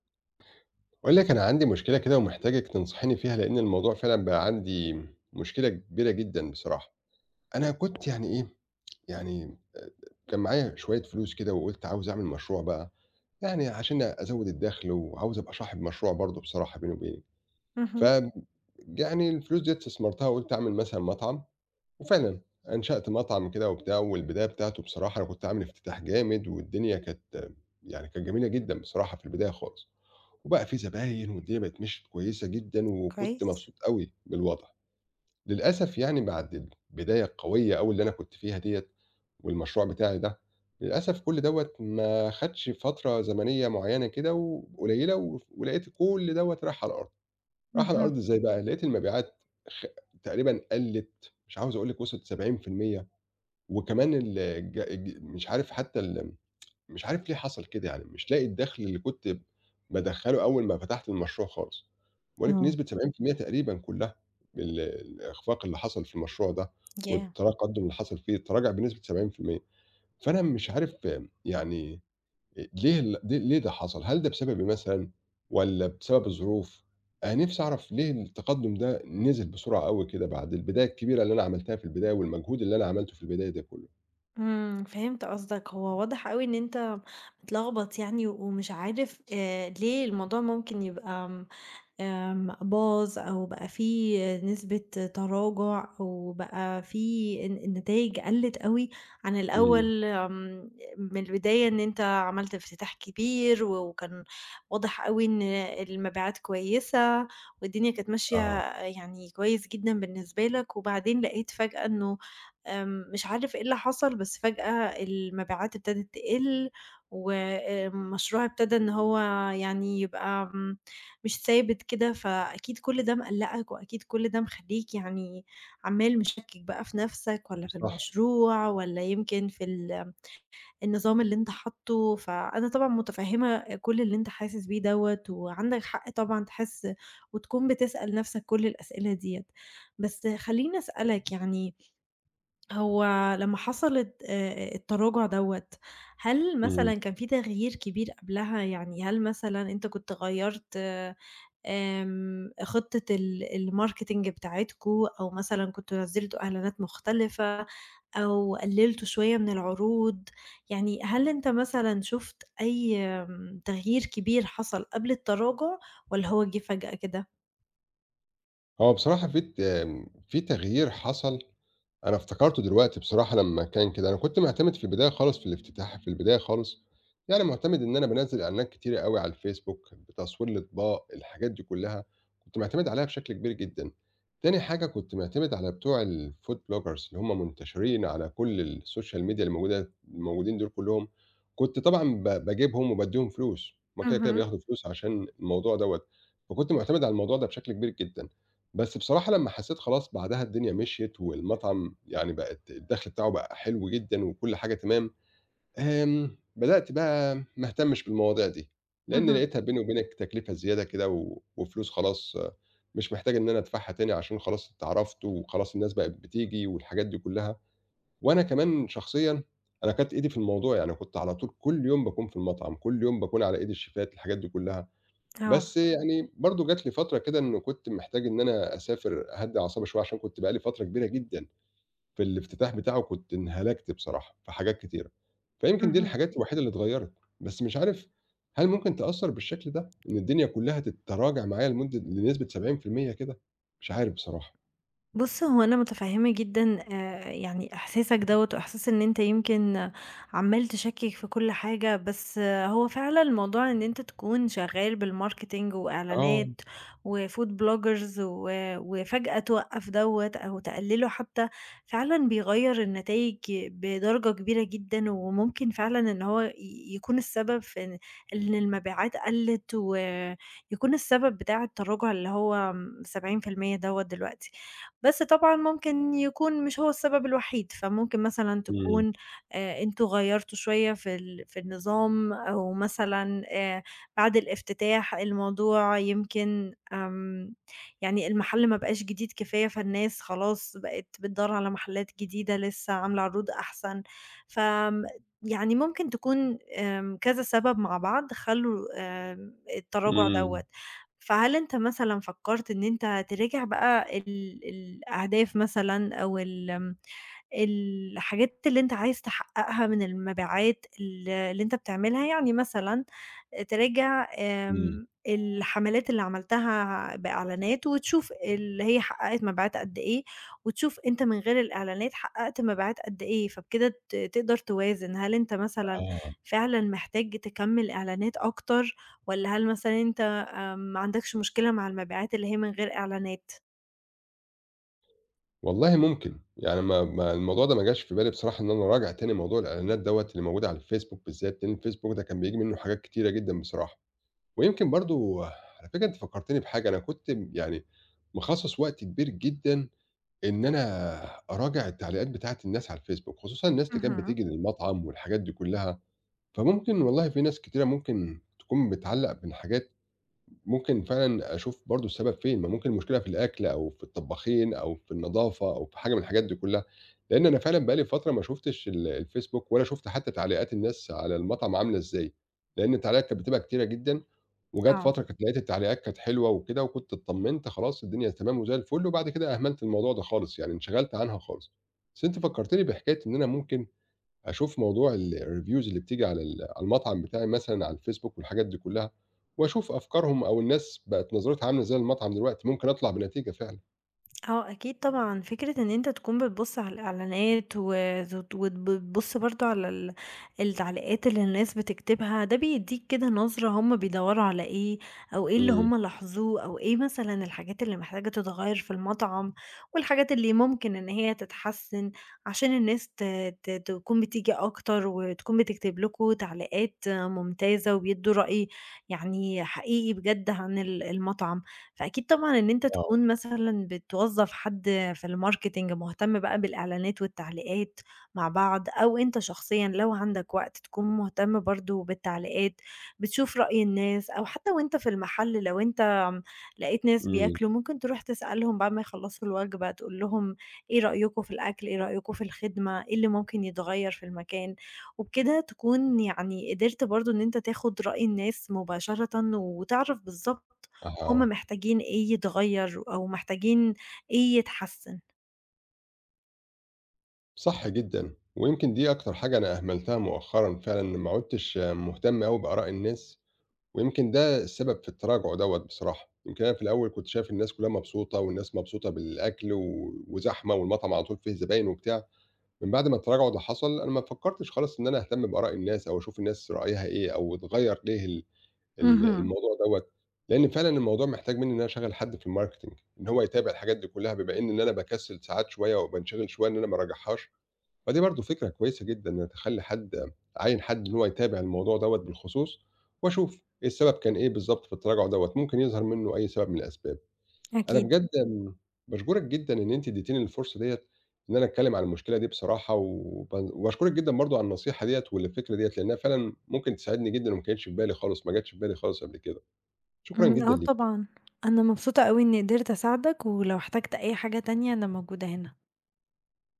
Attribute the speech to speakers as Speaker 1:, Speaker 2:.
Speaker 1: باقول لِك أنا عندي مشكلة كده ومحتاجِك تنصحيني فيها، لإن الموضوع فعلًا بقى عندي مشكلة كبيرة جدًا بصراحة. أنا كنت يعني إيه، يعني كان معايا شوية فلوس كده وقُلت عاوز أعمل مشروع بقى، يعني عشان أزوّد الدخل وعاوز أبقى صاحب مشروع برضه بصراحة بيني وبينِك. ف
Speaker 2: اهم،
Speaker 1: يعني الفلوس ديّة استثمرتها وقُلت أعمل مثلًا مطعم، وفعلًا أنشأت مطعم كده وبتاع، والبداية بتاعته بصراحة أنا كنت عامل افتتاح جامد والدنيا كانت يعني كانت جميلة جدًا بصراحة في البداية خالص. وبقى في زباين والدنيا بقت مشيت كويسة جدًا، وكنت
Speaker 2: كويس،
Speaker 1: مبسوط أوي بالوضع. للأسف يعني بعد البداية القوية أوي اللي أنا كنت فيها ديّة، والمشروع بتاعي ده، للأسف كل دوّة ما خدش فترة زمنية معيّنة كده وقليله، و قليلة وف ولقيت كل دوّة راح على الأرض. راح على
Speaker 2: اهم،
Speaker 1: الأرض إزاي بقى؟ لقيت المبيعات خ تقريبًا قلّت، مش عاوز أقول لِك وصلت 70%. وكمان ال الج الج مش عارف حتى ال مش عارف ليه حصل كده يعني، مش لاقي الدخل اللي كنت بادخّله أول ما فتحت المشروع خالص، باقول لِك
Speaker 2: آه.
Speaker 1: بنسبة 70% تقريبًا كلّها الإخفاق اللي حصل في المشروع ده،
Speaker 2: ياه!
Speaker 1: والتقدُّم اللي حصل فيه تراجع بنسبة 70%. فأنا مش عارف يعني ليه ال ليه ليه ده حصل؟ هل ده بسببي مثلًا والّا بسبب الظروف؟ أنا نِفْسي أعرف ليه التقدُّم ده نزل بسرعة أوي كده بعد البداية الكبيرة اللي أنا عملتها في البداية والمجهود اللي أنا عملته في البداية ده كُلّه.
Speaker 2: إمم، فهمت قصدك، هو واضح أوي إن أنت متلخبط يعني ومش عارف ليه الموضوع ممكن يبقى باظ أو بقى في نسبة تراجع أو بقى في النتايج قلّت أوي عن
Speaker 1: إمم،
Speaker 2: الأول من البداية إن أنت عملت افتتاح كبير و وكان واضح أوي إن المبيعات كويسة والدنيا كانت ماشية
Speaker 1: آه،
Speaker 2: يعني كويس جدًا بالنسبة لك، وبعدين لقيت فجأة إنه مش عارف إيه اللي حصل، بس فجأة المبيعات ابتدت تقِل، وآآ مشروع ابتدى إن هو يعني يبقى مش ثابت كده، فأكيد كل ده مقلّقك وأكيد كل ده مخلّيك يعني عمّال مشكّك بقى في نَفْسك والّا في
Speaker 1: صح،
Speaker 2: المشروع والّا يمكن في النظام اللي أنت حاطّه، فأنا طبعًا مُتفهِّمة كل اللي أنت حاسس بيه دوّة وعندك حق طبعًا تحس وتكون بتسأل نَفْسك كل الأسئلة ديّة. بس خلّيني أسألك يعني هو لمّا حصلت التراجُع دوّة، هل
Speaker 1: إمم.
Speaker 2: مثلًا كان في تغيير كبير قبلها؟ يعني هل مثلًا أنت كنت غيّرت خطة ال الmarketing بتاعتكم، أو مثلًا كنتم نزّلتوا إعلانات مختلفة، أو قلّلتوا شوية من العروض، يعني هل أنت مثلًا شُفت أي تغيير كبير حصل قبل التراجع والّا هو جِه فجأة كده؟
Speaker 1: هو بصراحة في ت آمم، في تغيير حصل أنا افتكرته دلوقتي بصراحة لمّا كان كده، أنا كنت معتمد في البداية خالص في الافتتاح في البداية خالص، يعني معتمد إن أنا بانزّل إعلانات كتيرة أوي على الفيسبوك بتصوير الأطباق، الحاجات دي كلّها، كنت معتمد عليها بشكل كبير جدًا. تاني حاجة كنت معتمد على بتوع الfood bloggers اللي هم منتشرين على كل الsocial media اللي موجودة الموجودين دول كلّهم، كنت طبعًا باجيبهم وبادّيهم فلوس، هم كده، كده
Speaker 2: اهم،
Speaker 1: بياخدوا فلوس عشان الموضوع دوّة، فكنت معتمد على الموضوع ده بشكل كبير جدًا. بس بصراحة لمّا حسّيت خلاص بعدها الدنيا مشيت والمطعم يعني بقت الدخل بتاعه بقى حلو جدًا وكل حاجة تمام، آمم، بدأت بقى ما اهتمش بالمواضيع دي، لإن
Speaker 2: اهم،
Speaker 1: لقيتها بيني وبينك تكلفة زيادة كده وفلوس خلاص مش محتاج إن أنا أدفعها تاني عشان خلاص اتعرفت وخلاص الناس بقت بتيجي والحاجات دي كلّها، وأنا كمان شخصيًا أنا كانت إيدي في الموضوع، يعني كنت على طول كل يوم باكون في المطعم، كل يوم باكون على إيد الشيفات الحاجات دي كلّها. بس
Speaker 2: آه.
Speaker 1: يعني برضه جات لي فترة كده إنه كنت محتاج إن أنا أسافر أهدّي أعصابي شوية، عشان كنت بقى لي فترة كبيرة جدًا في الافتتاح بتاعه كنت انهلكت بصراحة في حاجات كتيرة، فيمكن دي
Speaker 2: اهم.
Speaker 1: الحاجات الوحيدة اللي اتغيّرت، بس مش عارف هل ممكن تأثّر بالشكل ده؟ إن الدنيا كلّها تتراجع معايا لمدة لنسبة 70% كده؟ مش عارف بصراحة.
Speaker 2: بُص، هو أنا متفهمة جدًا، يعني إحساسك دوّة، وإحساس إن أنت يمكن عمّال تشكّك في كل حاجة، بس آه، هو فعلًا موضوع إن أنت تكون شغال بالmarketing
Speaker 1: آه،
Speaker 2: وإعلانات وfood bloggers و وفجأة توقّف دوّة أو تقلّله حتى، فعلًا بيغيّر النتايج بدرجة كبيرة جدًا، وممكن فعلًا إن هو يكون السبب في إن المبيعات قلّت، ويكون السبب بتاع التراجع اللي هو 70% دوّة دلوقتي. بس طبعًا ممكن يكون مش هو السبب الوحيد، فممكن مثلًا
Speaker 1: إمم،
Speaker 2: تكون أنتم غيّرتوا شوية في ال في النظام أو مثلًا بعد الافتتاح الموضوع يمكن، يعني المحل ما بقاش جديد كفاية، فالناس خلاص بقت بتدوّر على محلات جديدة لسه عاملة عروض أحسن، فآمم يعني ممكن تكون كذا سبب مع بعض خلّوا التراجع
Speaker 1: إمم،
Speaker 2: دوّة. فهل أنت مثلًا فكّرت إن أنت تراجع بقى الأهداف مثلًا أو ال آمم، الحاجات اللي أنت عايز تحققها من المبيعات اللي أنت بتعملها، يعني مثلًا تراجع
Speaker 1: إمم،
Speaker 2: الحملات اللي عملتها بإعلانات وتشوف اللي هي حققت مبيعات قد إيه، وتشوف أنت من غير الإعلانات حققت مبيعات قد إيه، فبكده تقدر توازن، هل أنت مثلًا
Speaker 1: آه.
Speaker 2: فعلًا محتاج تكمّل إعلانات أكتر والّا هل مثلًا أنت ما عندكش مشكلة مع المبيعات اللي هي من غير إعلانات.
Speaker 1: والله ممكن، يعني ما الموضوع ده ما جاش في بالي بصراحة إن أنا أراجع تاني موضوع الإعلانات دوّة اللي موجودة على الفيسبوك بالذات، لإن الفيسبوك ده كان بييجي منّه حاجات كتيرة جدًا بصراحة، ويمكن برضه على فكرة أنتِ فكّرتيني بحاجة، أنا كنت يعني مخصّص وقت كبير جدًا إن أنا أراجع التعليقات بتاعة الناس على الفيسبوك، خصوصًا الناس اللي كانت
Speaker 2: اهم،
Speaker 1: بتيجي للمطعم والحاجات دي كلّها، فممكن والله في ناس كتيرة ممكن تكون بتعلّق من حاجات ممكن فعلًا أشوف برضه السبب فين، ما ممكن المشكلة في الأكل أو في الطباخين أو في النضافة أو في حاجة من الحاجات دي كلّها، لإن أنا فعلًا بقى لي فترة ما شُفتش الFacebook ولا شُفت حتى تعليقات الناس على المطعم عاملة إزاي، لإن التعليقات كانت بتبقى كتيرة جدًا، وجات
Speaker 2: آه.
Speaker 1: فترة كانت لقيت التعليقات كانت حلوة وكده وكنت اتطمنت خلاص الدنيا تمام وزي الفل، وبعد كده أهملت الموضوع ده خالص يعني انشغلت عنها خالص. بس أنتِ فكّرتيني بحكاية إن أنا ممكن أشوف موضوع الreviews اللي بتيجي على على المطعم بتاعي مثلًا على الفيسبوك والحاجات دي كلّها، وأشوف أفكارهم أو الناس بقت نظرتها عاملة إزاي للمطعم دلوقتي، ممكن أطلع بنتيجة فعلًا.
Speaker 2: آه أكيد طبعًا، فكرة إن أنت تكون بتبُص على الإعلانات وت وبتبُص برضه على التعليقات اللي الناس بتكتبها، ده بيدّيك كده نظرة هُم بيدوّروا على إيه، أو إيه اللي
Speaker 1: إمم،
Speaker 2: هُم لاحظوه، أو إيه مثلًا الحاجات اللي محتاجة تتغيّر في المطعم، والحاجات اللي ممكن إن هي تتحسّن عشان الناس ت ت تكون بتيجي أكتر، وتكون بتكتب لكم تعليقات ممتازة، وبيدّوا رأي يعني حقيقي بجد عن المطعم. فأكيد طبعًا إن أنت
Speaker 1: آه،
Speaker 2: تكون مثلًا بتوظّف حد في الmarketing مهتم بقى بالإعلانات والتعليقات مع بعض، أو أنت شخصيًا لو عندك وقت تكون مهتم برضه بالتعليقات، بتشوف رأي الناس، أو حتى وأنت في المحل لو أنت لقيت ناس
Speaker 1: إمم،
Speaker 2: بياكلوا ممكن تروح تسألهم بعد ما يخلّصوا الوجبة تقول لهم إيه رأيكم في الأكل، إيه رأيكم في الخدمة، إيه اللي ممكن يتغيّر في المكان، وبكده تكون يعني قدرت برضه إن أنت تاخد رأي الناس مباشرةً وتعرف بالضبط هم
Speaker 1: آه،
Speaker 2: محتاجين إيه يتغيّر أو محتاجين إيه يتحسّن.
Speaker 1: صح جدًا، ويمكن دي أكتر حاجة أنا أهملتها مؤخرًا فعلًا، إن ما عُدتش مهتم أوي بآراء الناس، ويمكن ده السبب في التراجع دوّة بصراحة، يمكن أنا في الأول كنت شايف الناس كلّها مبسوطة والناس مبسوطة بالأكل وزحمة والمطعم على طول فيه زباين وبتاع. من بعد ما التراجع ده حصل، أنا ما فكّرتش خالص إن أنا أهتم بآراء الناس أو أشوف الناس رأيها إيه أو اتغيّر ليه ال ال
Speaker 2: اهم،
Speaker 1: الموضوع دوّة، لإن فعلًا الموضوع محتاج منّي إن أنا أشغّل حد في الmarketing إن هو يتابع الحاجات دي كُلّها، بما إن أنا باكسّل ساعات شوية وبانشغل شوية إن أنا ما اراجعهاش، فدي برضه فكرة كويسة جدًا إنّك تخلّي حد أعيّن حد إن هو يتابع الموضوع دوّة بالخصوص وأشوف ايه السبب كان إيه بالضبط في التراجع دوّة، ممكن يظهر منّه أي سبب من الأسباب. أنا
Speaker 2: أكيد.
Speaker 1: بجد باشكرِك جدًا إن أنتِ اديتيني الفرصة ديّة إن أنا أتكلم عن المشكلة دي بصراحة، وباشكرِك جدًا برضه على النصيحة ديّة والفكرة ديّة، لإنها فعلًا ممكن تساعدني جدًا وما كانتش في بالي خالص، ما جاتش في بالي خالص قبل كده. شكرًا
Speaker 2: إمم،
Speaker 1: جدًا
Speaker 2: آه
Speaker 1: ليكِ.
Speaker 2: طبعًا، أنا مبسوطة أوي إني قدرت أساعدك، ولو احتجت أي حاجة تانية أنا موجودة هنا.